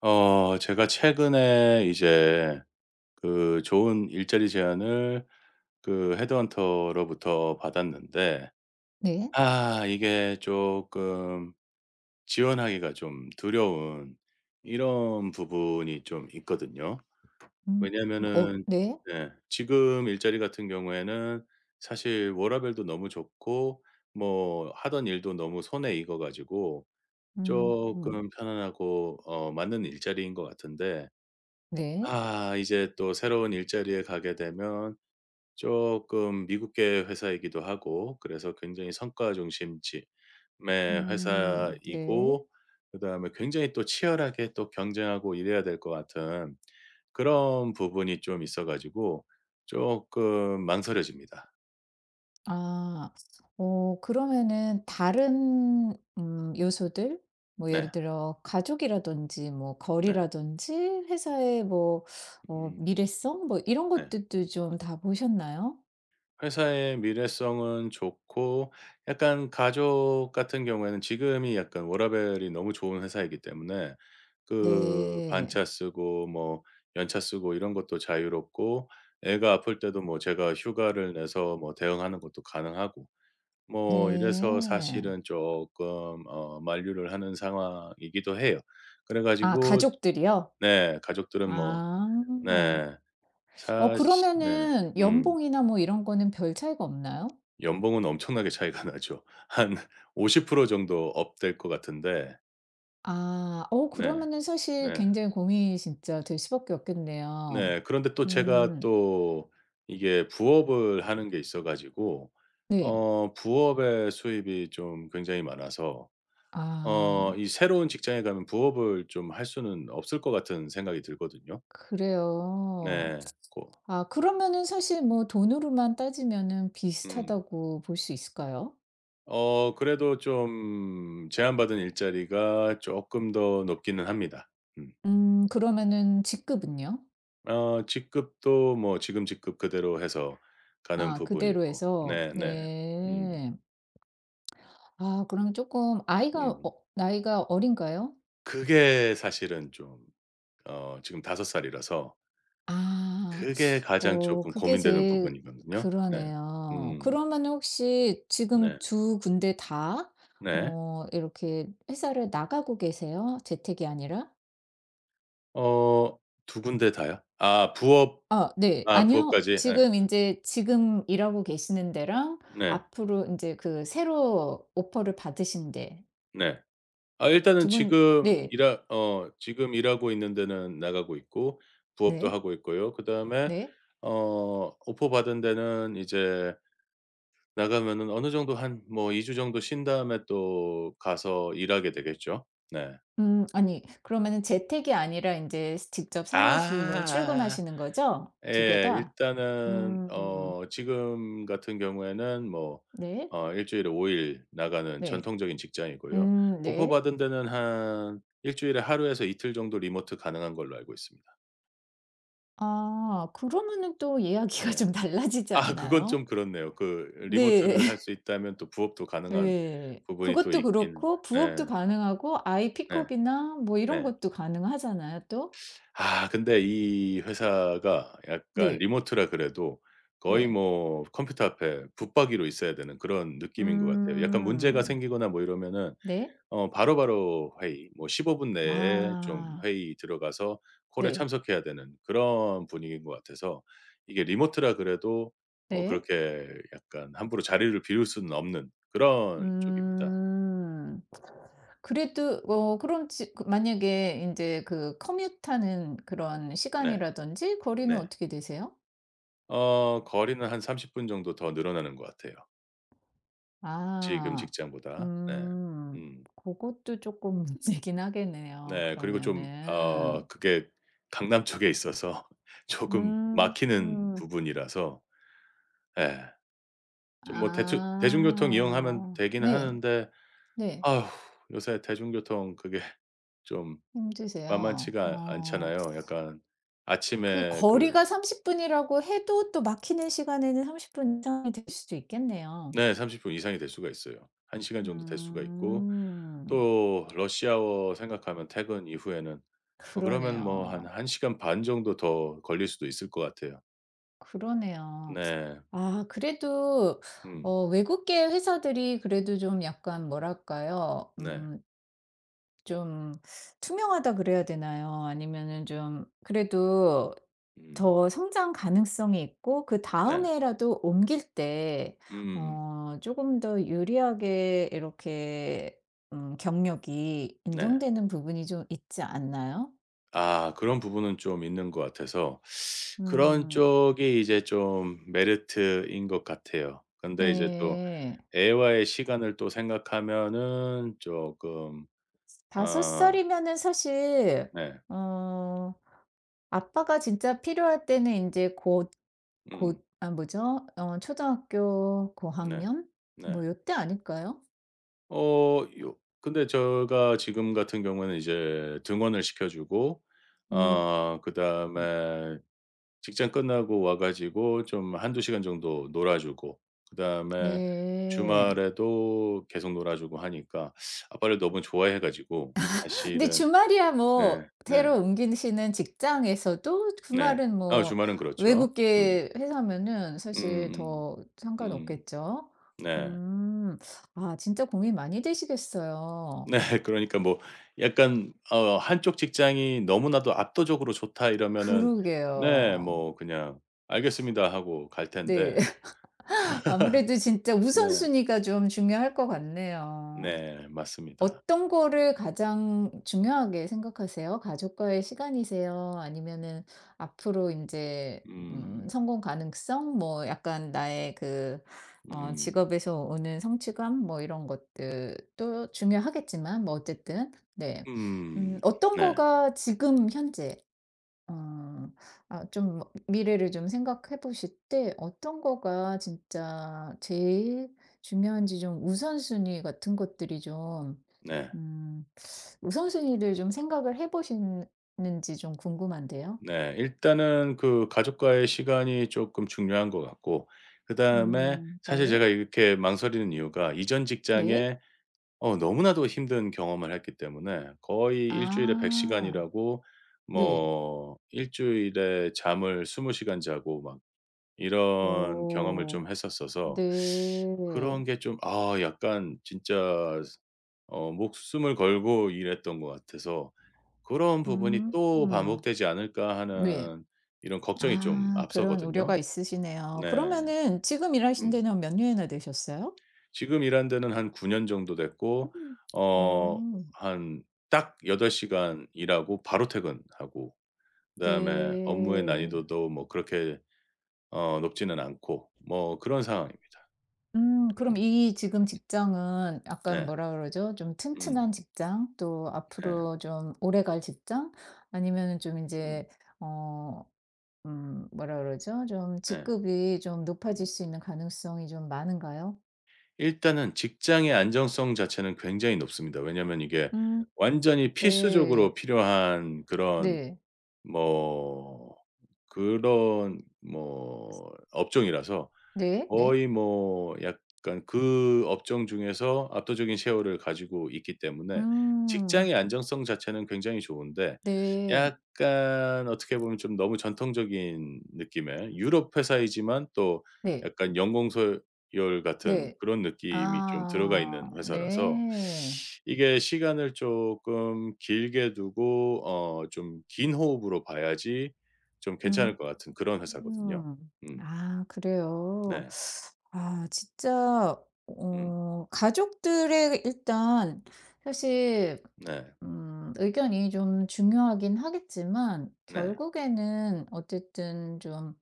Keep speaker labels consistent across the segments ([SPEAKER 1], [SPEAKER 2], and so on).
[SPEAKER 1] 제가 최근에 이제 그 좋은 일자리 제안을 그 헤드헌터로부터 받았는데
[SPEAKER 2] 네.
[SPEAKER 1] 아 이게 조금 지원하기가 좀 두려운 이런 부분이 좀 있거든요.
[SPEAKER 2] 음. 어
[SPEAKER 1] 왜냐하면은
[SPEAKER 2] 네.
[SPEAKER 1] 네, 지금 일자리 같은 경우에는 사실 워라밸도 너무 좋고 뭐 하던 일도 너무 손에 익어 가지고
[SPEAKER 2] 음. 음.
[SPEAKER 1] 조금 편안하고 맞는 일자리인 것 같은데,
[SPEAKER 2] 네.
[SPEAKER 1] 아 이제 또 새로운 일자리에 가게 되면 조금 미국계 회사이기도 하고 그래서 굉장히 성과 중심의
[SPEAKER 2] 음. 네.
[SPEAKER 1] 회사이고, 그다음에 굉장히 또 치열하게 또 경쟁하고 이래야 될 것 같은 그런 부분이 좀 있어 가지고 조금 망설여집니다.
[SPEAKER 2] 아. 어 그러면은 다른 요소들 뭐
[SPEAKER 1] 네.
[SPEAKER 2] 예를 들어 가족이라든지 뭐
[SPEAKER 1] 네.
[SPEAKER 2] 거리라든지 회사의 뭐 어
[SPEAKER 1] 음.
[SPEAKER 2] 미래성 뭐 이런
[SPEAKER 1] 네.
[SPEAKER 2] 것들도 좀 다 보셨나요?
[SPEAKER 1] 회사의 미래성은 좋고 약간 가족 같은 경우에는 지금이 약간 워라밸이 너무 좋은 회사이기 때문에 그
[SPEAKER 2] 네.
[SPEAKER 1] 반차 쓰고 뭐 연차 쓰고 이런 것도 자유롭고 애가 아플 때도 뭐 제가 휴가를 내서 뭐 대응하는 것도 가능하고 뭐 이래서
[SPEAKER 2] 네.
[SPEAKER 1] 사실은 조금 만류를 하는 상황이기도 해요. 그래
[SPEAKER 2] 아
[SPEAKER 1] 가지고
[SPEAKER 2] 가족들이요?
[SPEAKER 1] 네, 가족들은 뭐
[SPEAKER 2] 아.
[SPEAKER 1] 네,
[SPEAKER 2] 어
[SPEAKER 1] 사실 네.
[SPEAKER 2] 그러면은
[SPEAKER 1] 음.
[SPEAKER 2] 연봉이나 뭐 이런 거는 별 차이가 없나요?
[SPEAKER 1] 연봉은 엄청나게 차이가 나죠. 한 50% 정도 업될 것 같은데.
[SPEAKER 2] 아. 어
[SPEAKER 1] 네.
[SPEAKER 2] 그러면은 사실
[SPEAKER 1] 네.
[SPEAKER 2] 굉장히 고민이 진짜 될 수밖에 없겠네요.
[SPEAKER 1] 네. 그런데 또 제가
[SPEAKER 2] 음
[SPEAKER 1] 또 이게 부업을 하는 게 있어 가지고
[SPEAKER 2] 네.
[SPEAKER 1] 부업의 수입이 좀 굉장히 많아서 어
[SPEAKER 2] 아
[SPEAKER 1] 이 새로운 직장에 가면 부업을 좀 할 수는 없을 것 같은 생각이 들거든요.
[SPEAKER 2] 그래요.
[SPEAKER 1] 네. 고
[SPEAKER 2] 아 그러면은 사실 뭐 돈으로만 따지면은
[SPEAKER 1] 음.
[SPEAKER 2] 비슷하다고 볼 수 있을까요?
[SPEAKER 1] 그래도 좀 제안받은 일자리가 쪼끔 더 높기는 합니다. 음.
[SPEAKER 2] 그러면은 직급은요?
[SPEAKER 1] 직급도 뭐 지금 직급 그대로 해서 가는
[SPEAKER 2] 아 그대로
[SPEAKER 1] 부분이고.
[SPEAKER 2] 해서
[SPEAKER 1] 네네. 음.
[SPEAKER 2] 네. 아 그럼 조금 아이가
[SPEAKER 1] 음.
[SPEAKER 2] 어 나이가 어린가요?
[SPEAKER 1] 그게 사실은 좀 지금 다섯 살이라서
[SPEAKER 2] 아.
[SPEAKER 1] 그게 가장
[SPEAKER 2] 어
[SPEAKER 1] 쪼끔
[SPEAKER 2] 그게
[SPEAKER 1] 고민되는
[SPEAKER 2] 제일
[SPEAKER 1] 부분이거든요. 네.
[SPEAKER 2] 그러네요. 그
[SPEAKER 1] 음.
[SPEAKER 2] 러면 혹시 지금
[SPEAKER 1] 네.
[SPEAKER 2] 두 군데 다
[SPEAKER 1] 네.
[SPEAKER 2] 어 이렇게 회사를 나가고 계세요? 재택이 아니라?
[SPEAKER 1] 어 두 군데 다요? 아 부업.
[SPEAKER 2] 아 네.
[SPEAKER 1] 아
[SPEAKER 2] 아니요.
[SPEAKER 1] 부업까지. 예.
[SPEAKER 2] 지금 이제 지금 일하고 계시는 데랑
[SPEAKER 1] 네.
[SPEAKER 2] 앞으로 이제 그 새로 오퍼를 받으신 데
[SPEAKER 1] 네. 아 일단은
[SPEAKER 2] 두 군 네.
[SPEAKER 1] 지금 일하고 있는 데는 나가고 있고 부업도
[SPEAKER 2] 네.
[SPEAKER 1] 하고 있고요. 그다음에
[SPEAKER 2] 네.
[SPEAKER 1] 오퍼 받은 데는 이제 나가면은 어느 정도 한 뭐 2 주 정도 쉰 다음에 또 가서 일하게 되겠죠. 네.
[SPEAKER 2] 아니 그러면은 재택이 아니라 이제 직접 사무실로
[SPEAKER 1] 아아아아.
[SPEAKER 2] 출근하시는 거죠? 두 개
[SPEAKER 1] 예.
[SPEAKER 2] 다?
[SPEAKER 1] 일단은
[SPEAKER 2] 음
[SPEAKER 1] 지금 같은 경우에는 뭐
[SPEAKER 2] 네.
[SPEAKER 1] 일 주일에 5일 나가는
[SPEAKER 2] 네.
[SPEAKER 1] 전통적인 직장이고요. 오퍼
[SPEAKER 2] 네.
[SPEAKER 1] 받은 데는 한 일 주일에 하루에서 이틀 정도 리모트 가능한 걸로 알고 있습니다.
[SPEAKER 2] 아 그러면은 또 이야기가
[SPEAKER 1] 네.
[SPEAKER 2] 좀 달라지지
[SPEAKER 1] 아 그건
[SPEAKER 2] 않나요?
[SPEAKER 1] 좀 그렇네요. 그
[SPEAKER 2] 네.
[SPEAKER 1] 리모트를 할 수 있다면 또 부업도 가능한
[SPEAKER 2] 네.
[SPEAKER 1] 부분이 또
[SPEAKER 2] 그것도
[SPEAKER 1] 있긴.
[SPEAKER 2] 그렇고
[SPEAKER 1] 네.
[SPEAKER 2] 부업도 가능하고 아이
[SPEAKER 1] 네.
[SPEAKER 2] 픽업이나 뭐 이런
[SPEAKER 1] 네.
[SPEAKER 2] 것도 가능하잖아요 또.
[SPEAKER 1] 아 근데 이 회사가 약간
[SPEAKER 2] 네.
[SPEAKER 1] 리모트라 그래도 거의
[SPEAKER 2] 네.
[SPEAKER 1] 뭐 컴퓨터 앞에 붙박이로 있어야 되는 그런 느낌인 것 같아요. 약간 문제가
[SPEAKER 2] 음.
[SPEAKER 1] 생기거나 뭐 이러면은
[SPEAKER 2] 네.
[SPEAKER 1] 바로바로 회의 뭐 15분 내에 좀
[SPEAKER 2] 아
[SPEAKER 1] 회의 들어가서 콜에
[SPEAKER 2] 네.
[SPEAKER 1] 참석해야 되는 그런 분위기인 것 같아서 이게 리모트라 그래도
[SPEAKER 2] 네.
[SPEAKER 1] 그렇게 약간 함부로 자리를 비울 수는 없는 그런 쪽입니다.
[SPEAKER 2] 음. 그래도 어 그럼 지 그 만약에 이제 그 커뮤트하는 그런
[SPEAKER 1] 네.
[SPEAKER 2] 시간이라든지 거리는
[SPEAKER 1] 네.
[SPEAKER 2] 어떻게 되세요?
[SPEAKER 1] 거리는 한 30분 정도 더 늘어나는 것 같아요, 지금
[SPEAKER 2] 아.
[SPEAKER 1] 직장보다. 네.
[SPEAKER 2] 음.
[SPEAKER 1] 음.
[SPEAKER 2] 그것도 조금 문제긴 하겠네요
[SPEAKER 1] 네. 그리고 좀
[SPEAKER 2] 그러면은.
[SPEAKER 1] 그게 강남 쪽에 있어서 조금
[SPEAKER 2] 음.
[SPEAKER 1] 막히는 부분이라서 예. 좀 뭐 대충 대중교통 이용하면
[SPEAKER 2] 아.
[SPEAKER 1] 되기는
[SPEAKER 2] 네.
[SPEAKER 1] 하는데
[SPEAKER 2] 네.
[SPEAKER 1] 아 요새 대중교통 그게 좀
[SPEAKER 2] 힘드세요.
[SPEAKER 1] 만만치가
[SPEAKER 2] 어.
[SPEAKER 1] 않잖아요. 약간
[SPEAKER 2] 그
[SPEAKER 1] 아침에 그
[SPEAKER 2] 거리가 30분 분이라고 해도 또 막히는 시간에는 30분 이상이 될 수도 있겠네요.
[SPEAKER 1] 네, 30분 이상이 될 수가 있어요. 1 시간 정도 될 수가 있고
[SPEAKER 2] 음.
[SPEAKER 1] 또 러시아워 생각하면 퇴근 이후에는 그러면 뭐 한
[SPEAKER 2] 그러네요.
[SPEAKER 1] 1 시간 반 정도 더 걸릴 수도 있을 것 같아요.
[SPEAKER 2] 그러네요.
[SPEAKER 1] 네.
[SPEAKER 2] 아 그래도
[SPEAKER 1] 음.
[SPEAKER 2] 어 외국계 회사들이 그래도 좀 약간 뭐랄까요?
[SPEAKER 1] 네.
[SPEAKER 2] 좀 투명하다 그래야 되나요? 아니면은 좀 그래도
[SPEAKER 1] 음.
[SPEAKER 2] 더 성장 가능성이 있고
[SPEAKER 1] 네.
[SPEAKER 2] 그다음에라도 옮길 때
[SPEAKER 1] 음.
[SPEAKER 2] 어 조금 더 유리하게 이렇게 경력이
[SPEAKER 1] 네.
[SPEAKER 2] 인정되는 부분이 좀 있지 않나요?
[SPEAKER 1] 아 그런 부분은 좀 있는 것 같아서 그런
[SPEAKER 2] 음.
[SPEAKER 1] 쪽이 이제 좀 메리트인 것 같아요. 근데 이제 또
[SPEAKER 2] 예.
[SPEAKER 1] 애와의 시간을 또 생각하면은 조금.
[SPEAKER 2] 5살
[SPEAKER 1] 아
[SPEAKER 2] 살이면은 사실
[SPEAKER 1] 네.
[SPEAKER 2] 어 아빠가 진짜 필요할 때는 인제 곧
[SPEAKER 1] 음.
[SPEAKER 2] 곧 아 뭐죠? 어 초등학교
[SPEAKER 1] 네.
[SPEAKER 2] 고학년?
[SPEAKER 1] 네.
[SPEAKER 2] 뭐 요때 아닐까요?
[SPEAKER 1] 요, 근데 제가 지금 같은 경우는 이제 등원을 시켜 주고
[SPEAKER 2] 음.
[SPEAKER 1] 그다음에 직장 끝나고 와 가지고 좀 한두 시간 정도 놀아 주고 그다음에
[SPEAKER 2] 네.
[SPEAKER 1] 주말에도 계속 놀아 주고 하니까 아빠를 너무 좋아해 가지고
[SPEAKER 2] 근데
[SPEAKER 1] 사실은.
[SPEAKER 2] 주말이야
[SPEAKER 1] 네.
[SPEAKER 2] 뭐
[SPEAKER 1] 네.
[SPEAKER 2] 새로 옮기시는 직장에서도
[SPEAKER 1] 네.
[SPEAKER 2] 주말은
[SPEAKER 1] 아
[SPEAKER 2] 뭐
[SPEAKER 1] 주말은 그렇죠. 음.
[SPEAKER 2] 외국계 회사면은 사실
[SPEAKER 1] 음음.
[SPEAKER 2] 더
[SPEAKER 1] 음.
[SPEAKER 2] 상관없겠죠?
[SPEAKER 1] 네.
[SPEAKER 2] 음. 아 진짜 고민 많이 되시겠어요.
[SPEAKER 1] 네. 그러니까 뭐 약간 한쪽 직장이 너무나도 압도적으로 좋다 이러면은 네,
[SPEAKER 2] 그러게요.
[SPEAKER 1] 뭐 그냥 "알겠습니다." 하고 갈
[SPEAKER 2] 네.
[SPEAKER 1] 텐데.
[SPEAKER 2] 아무래도 진짜
[SPEAKER 1] 네.
[SPEAKER 2] 우선순위가 좀 중요할 것 같네요.
[SPEAKER 1] 네. 맞습니다.
[SPEAKER 2] 어떤 거를 가장 중요하게 생각하세요? 가족과의 시간이세요? 아니면은 앞으로 인제
[SPEAKER 1] 음.
[SPEAKER 2] 성공 가능성? 뭐 약간 나의 그 어
[SPEAKER 1] 음.
[SPEAKER 2] 직업에서 오는 성취감? 뭐 이런 것들도 중요하겠지만 뭐 어쨌든 네.
[SPEAKER 1] 음.
[SPEAKER 2] 어떤
[SPEAKER 1] 네.
[SPEAKER 2] 거가 지금 현재 아. 아 좀 뭐 미래를 좀 생각해 보실 때 어떤 거가 진짜 제일 중요한지 좀 우선순위 같은 것들이 좀
[SPEAKER 1] 네.
[SPEAKER 2] 음 우선순위를 좀 생각을 해 보시는지 좀 궁금한데요.
[SPEAKER 1] 네. 일단은 그 가족과의 시간이 쪼끔 중요한 것 같고 그다음에 사실
[SPEAKER 2] 네.
[SPEAKER 1] 제가 이렇게 망설이는 이유가 이전
[SPEAKER 2] 네.
[SPEAKER 1] 직장에 너무나도 힘든 경험을 했기 때문에 거의 일 주일에 100 시간
[SPEAKER 2] 아.
[SPEAKER 1] 일하고
[SPEAKER 2] 네.
[SPEAKER 1] 뭐 일 주일에 잠을 20 시간 자고 막 이런 경험을 좀
[SPEAKER 2] 오.
[SPEAKER 1] 했었어서
[SPEAKER 2] 네.
[SPEAKER 1] 그런 게 좀 아 약간 진짜 목숨을 걸고 일했던 것 같아서 '그런 부분이
[SPEAKER 2] 음.
[SPEAKER 1] 또
[SPEAKER 2] 음.
[SPEAKER 1] 반복되지 않을까.'
[SPEAKER 2] 네.
[SPEAKER 1] 하는 이런 걱정이 좀
[SPEAKER 2] 아 그런
[SPEAKER 1] 앞서거든요.
[SPEAKER 2] 우려가 있으시네요.
[SPEAKER 1] 네.
[SPEAKER 2] 그러면은 지금 일하신
[SPEAKER 1] 음.
[SPEAKER 2] 데는 몇 년이나 되셨어요?
[SPEAKER 1] 지금 일한 데는 한 9년 정도 됐고 어
[SPEAKER 2] 어
[SPEAKER 1] 한 딱 8 시간 일하고 바로 퇴근하고 그다음에 업무의
[SPEAKER 2] 네.
[SPEAKER 1] 난이도도 뭐 그렇게 높지는 않고 뭐 그런 상황입니다.
[SPEAKER 2] 그럼
[SPEAKER 1] 음
[SPEAKER 2] 이 지금 직장은 약간
[SPEAKER 1] 네.
[SPEAKER 2] 뭐라 그러죠? 좀
[SPEAKER 1] 음
[SPEAKER 2] 튼튼한 직장? 또
[SPEAKER 1] 네.
[SPEAKER 2] 앞으로 좀 오래갈 직장? 아니면은 좀 이
[SPEAKER 1] 음
[SPEAKER 2] 제 어 뭐라 그러죠? 좀
[SPEAKER 1] 네.
[SPEAKER 2] 직급이 좀 높아질
[SPEAKER 1] 음.
[SPEAKER 2] 수 있는 가능성이 좀 많은가요?
[SPEAKER 1] 일단은 직장의 안정성 자체는 굉장히 높습니다. 왜냐면 이게
[SPEAKER 2] 음
[SPEAKER 1] 완전히
[SPEAKER 2] 네.
[SPEAKER 1] 필수적으로 필요한 그런
[SPEAKER 2] 네.
[SPEAKER 1] 뭐 그런 뭐 업종이라서
[SPEAKER 2] 네. 네.
[SPEAKER 1] 거의 뭐 약간 그 업종 중에서 압도적인 셰어를 가지고 있기 때문에
[SPEAKER 2] 음
[SPEAKER 1] 직장의 안정성 자체는 굉장히 좋은데
[SPEAKER 2] 네.
[SPEAKER 1] 약간 어떻게 보면 좀 너무 전통적인 느낌의 유럽 회사이지만 또
[SPEAKER 2] 네.
[SPEAKER 1] 약간 연공서열 같은
[SPEAKER 2] 네.
[SPEAKER 1] 그런 느낌이 좀 들어가
[SPEAKER 2] 아
[SPEAKER 1] 있는 회사라서
[SPEAKER 2] 네.
[SPEAKER 1] 이게 시간을 조금 길게 두고 좀 긴 호흡으로 봐야지 좀 괜찮을
[SPEAKER 2] 음.
[SPEAKER 1] 것 같은 그런 회사거든요.
[SPEAKER 2] 음.
[SPEAKER 1] 음.
[SPEAKER 2] 아 그래요.
[SPEAKER 1] 네.
[SPEAKER 2] 아 진짜
[SPEAKER 1] 음.
[SPEAKER 2] 어 가족들의 일단 사실
[SPEAKER 1] 네.
[SPEAKER 2] 의견이 좀 중요하긴 하겠지만
[SPEAKER 1] 네.
[SPEAKER 2] 결국에는 어쨌든 좀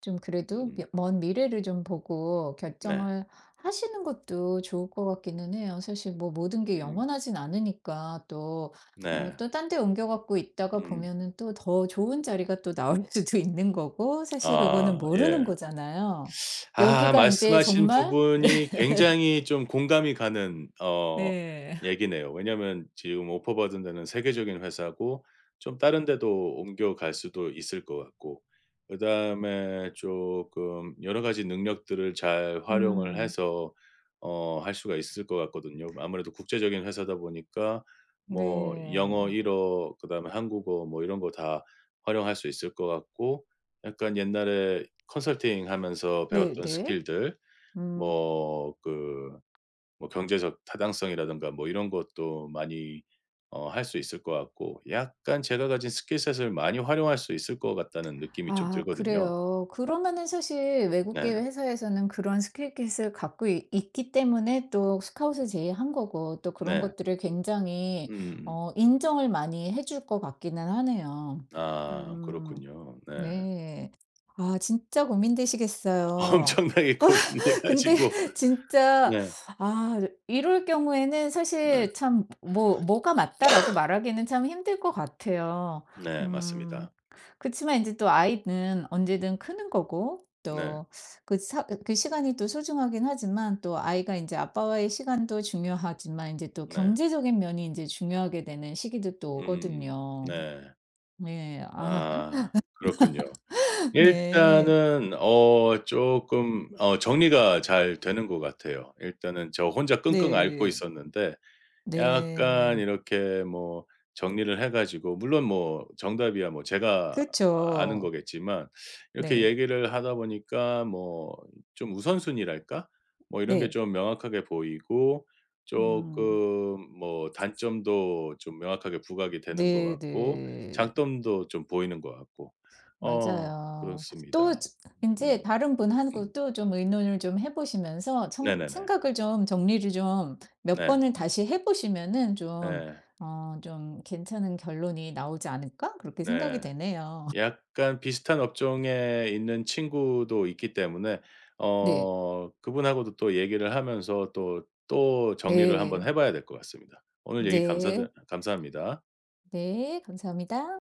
[SPEAKER 2] 좀 그래도
[SPEAKER 1] 음.
[SPEAKER 2] 먼 미래를 좀 보고
[SPEAKER 1] 네.
[SPEAKER 2] 결정을 하시는 것도 좋을 것 같기는 해요. 사실 뭐 모든 게
[SPEAKER 1] 음.
[SPEAKER 2] 영원하진 않으니까 또 어
[SPEAKER 1] 네.
[SPEAKER 2] 또 딴 데 옮겨 갖고 있다가
[SPEAKER 1] 음.
[SPEAKER 2] 보면은 또 더 좋은 자리가 또 나올 수도 있는 거고 사실 그거는
[SPEAKER 1] 아
[SPEAKER 2] 모르는
[SPEAKER 1] 예.
[SPEAKER 2] 거잖아요.
[SPEAKER 1] 아
[SPEAKER 2] 여기가 이제
[SPEAKER 1] 말씀하신
[SPEAKER 2] 정말
[SPEAKER 1] 부분이 굉장히 좀 공감이 가는
[SPEAKER 2] 네
[SPEAKER 1] 얘기네요. 왜냐면 지금 오퍼 받은 데는 세계적인 회사고 좀 다른 데도 옮겨갈 수도 있을 것 같고 그다음에 쪼끔 여러 가지 능력들을 잘 활용을
[SPEAKER 2] 음.
[SPEAKER 1] 해서 할 수가 있을 것 같거든요. 아무래도 국제적인 회사다 보니까 뭐 영어
[SPEAKER 2] 네.
[SPEAKER 1] 일어 그다음에 한국어 뭐 이런 거 다 활용할 수 있을 것 같고 약간 옛날에 컨설팅 하면서 배웠던
[SPEAKER 2] 네네.
[SPEAKER 1] 스킬들
[SPEAKER 2] 음.
[SPEAKER 1] 뭐 그 뭐 경제적 타당성이라든가 뭐 이런 것도 많이 할 수 있을 것 같고 약간 제가 가진 스킬셋을 많이 활용할 수 있을 것 같다는 느낌이 좀
[SPEAKER 2] 아
[SPEAKER 1] 들거든요.
[SPEAKER 2] 그래요. 그러면은 사실 외국계
[SPEAKER 1] 네.
[SPEAKER 2] 회사에서는 그런 스킬셋을 갖고 이 있기 때문에 또 스카웃을 제의한 거고 또 그런
[SPEAKER 1] 네.
[SPEAKER 2] 것들을
[SPEAKER 1] 음
[SPEAKER 2] 굉장히
[SPEAKER 1] 음.
[SPEAKER 2] 어 인정을 많이 해줄 것 같기는 하네요.
[SPEAKER 1] 아
[SPEAKER 2] 음
[SPEAKER 1] 그렇군요. 네.
[SPEAKER 2] 네. 아 진짜 고민되시겠어요.
[SPEAKER 1] 엄청나게 고민돼
[SPEAKER 2] 근데
[SPEAKER 1] 가지고.
[SPEAKER 2] 진짜
[SPEAKER 1] 네.
[SPEAKER 2] 아 이럴 경우에는
[SPEAKER 1] 네.
[SPEAKER 2] 사실 참 '뭐 뭐가 맞다.'라고 말하기는 참 힘들 것 같아요.
[SPEAKER 1] 네.
[SPEAKER 2] 음.
[SPEAKER 1] 맞습니다.
[SPEAKER 2] 그치만 이제 또 아이는 언제든 크는 거고
[SPEAKER 1] 네.
[SPEAKER 2] 또 그 그 시간이 또 소중하긴 하지만 또 아이가 이제 아빠와의 시간도 중요하지만 이제 또
[SPEAKER 1] 네.
[SPEAKER 2] 경제적인 면이 이제 중요하게 되는 시기도 또
[SPEAKER 1] 음 음.
[SPEAKER 2] 오거든요.
[SPEAKER 1] 네.
[SPEAKER 2] 네. 아
[SPEAKER 1] 아 그렇군요.
[SPEAKER 2] 네.
[SPEAKER 1] 일단은 쪼끔 정리가 잘 되는 것 같아요. 일단은 저 혼자 끙끙 앓고
[SPEAKER 2] 네.
[SPEAKER 1] 있었는데 약간
[SPEAKER 2] 네.
[SPEAKER 1] 이렇게 뭐 정리를 해 가지고 물론 뭐 정답이야 뭐 제가 아는
[SPEAKER 2] 그쵸.
[SPEAKER 1] 거겠지만 이렇게
[SPEAKER 2] 네.
[SPEAKER 1] 얘기를 하다 보니까 뭐 좀 우선순위랄까? 뭐 이런 게
[SPEAKER 2] 네.
[SPEAKER 1] 좀 명확하게 보이고 조금
[SPEAKER 2] 음.
[SPEAKER 1] 뭐 단점도 좀 명확하게 부각이 되는 것 같고
[SPEAKER 2] 네네.
[SPEAKER 1] 장점도 좀 보이는 것 같고 어
[SPEAKER 2] 맞아요. 또
[SPEAKER 1] 그렇습니다.
[SPEAKER 2] 이제
[SPEAKER 1] 음
[SPEAKER 2] 다른
[SPEAKER 1] 음.
[SPEAKER 2] 분하고 또 좀 의논을 좀 해 보시면서 청
[SPEAKER 1] 네네네.
[SPEAKER 2] 생각을 좀 정리를 좀 몇
[SPEAKER 1] 네.
[SPEAKER 2] 번을 다시 해 보시면은 좀
[SPEAKER 1] 네.
[SPEAKER 2] 어 좀 '괜찮은 결론이 나오지 않을까?' 그렇게 생각이
[SPEAKER 1] 네.
[SPEAKER 2] 되네요.
[SPEAKER 1] 약간 비슷한 업종에 있는 친구도 있기 때문에
[SPEAKER 2] 네.
[SPEAKER 1] 그분하고도 또 얘기를 하면서 또 정리를 한번 해
[SPEAKER 2] 네.
[SPEAKER 1] 봐야 될 것 같습니다. 오늘 얘기
[SPEAKER 2] 네.
[SPEAKER 1] 감사드 감사합니다.
[SPEAKER 2] 네. 감사합니다.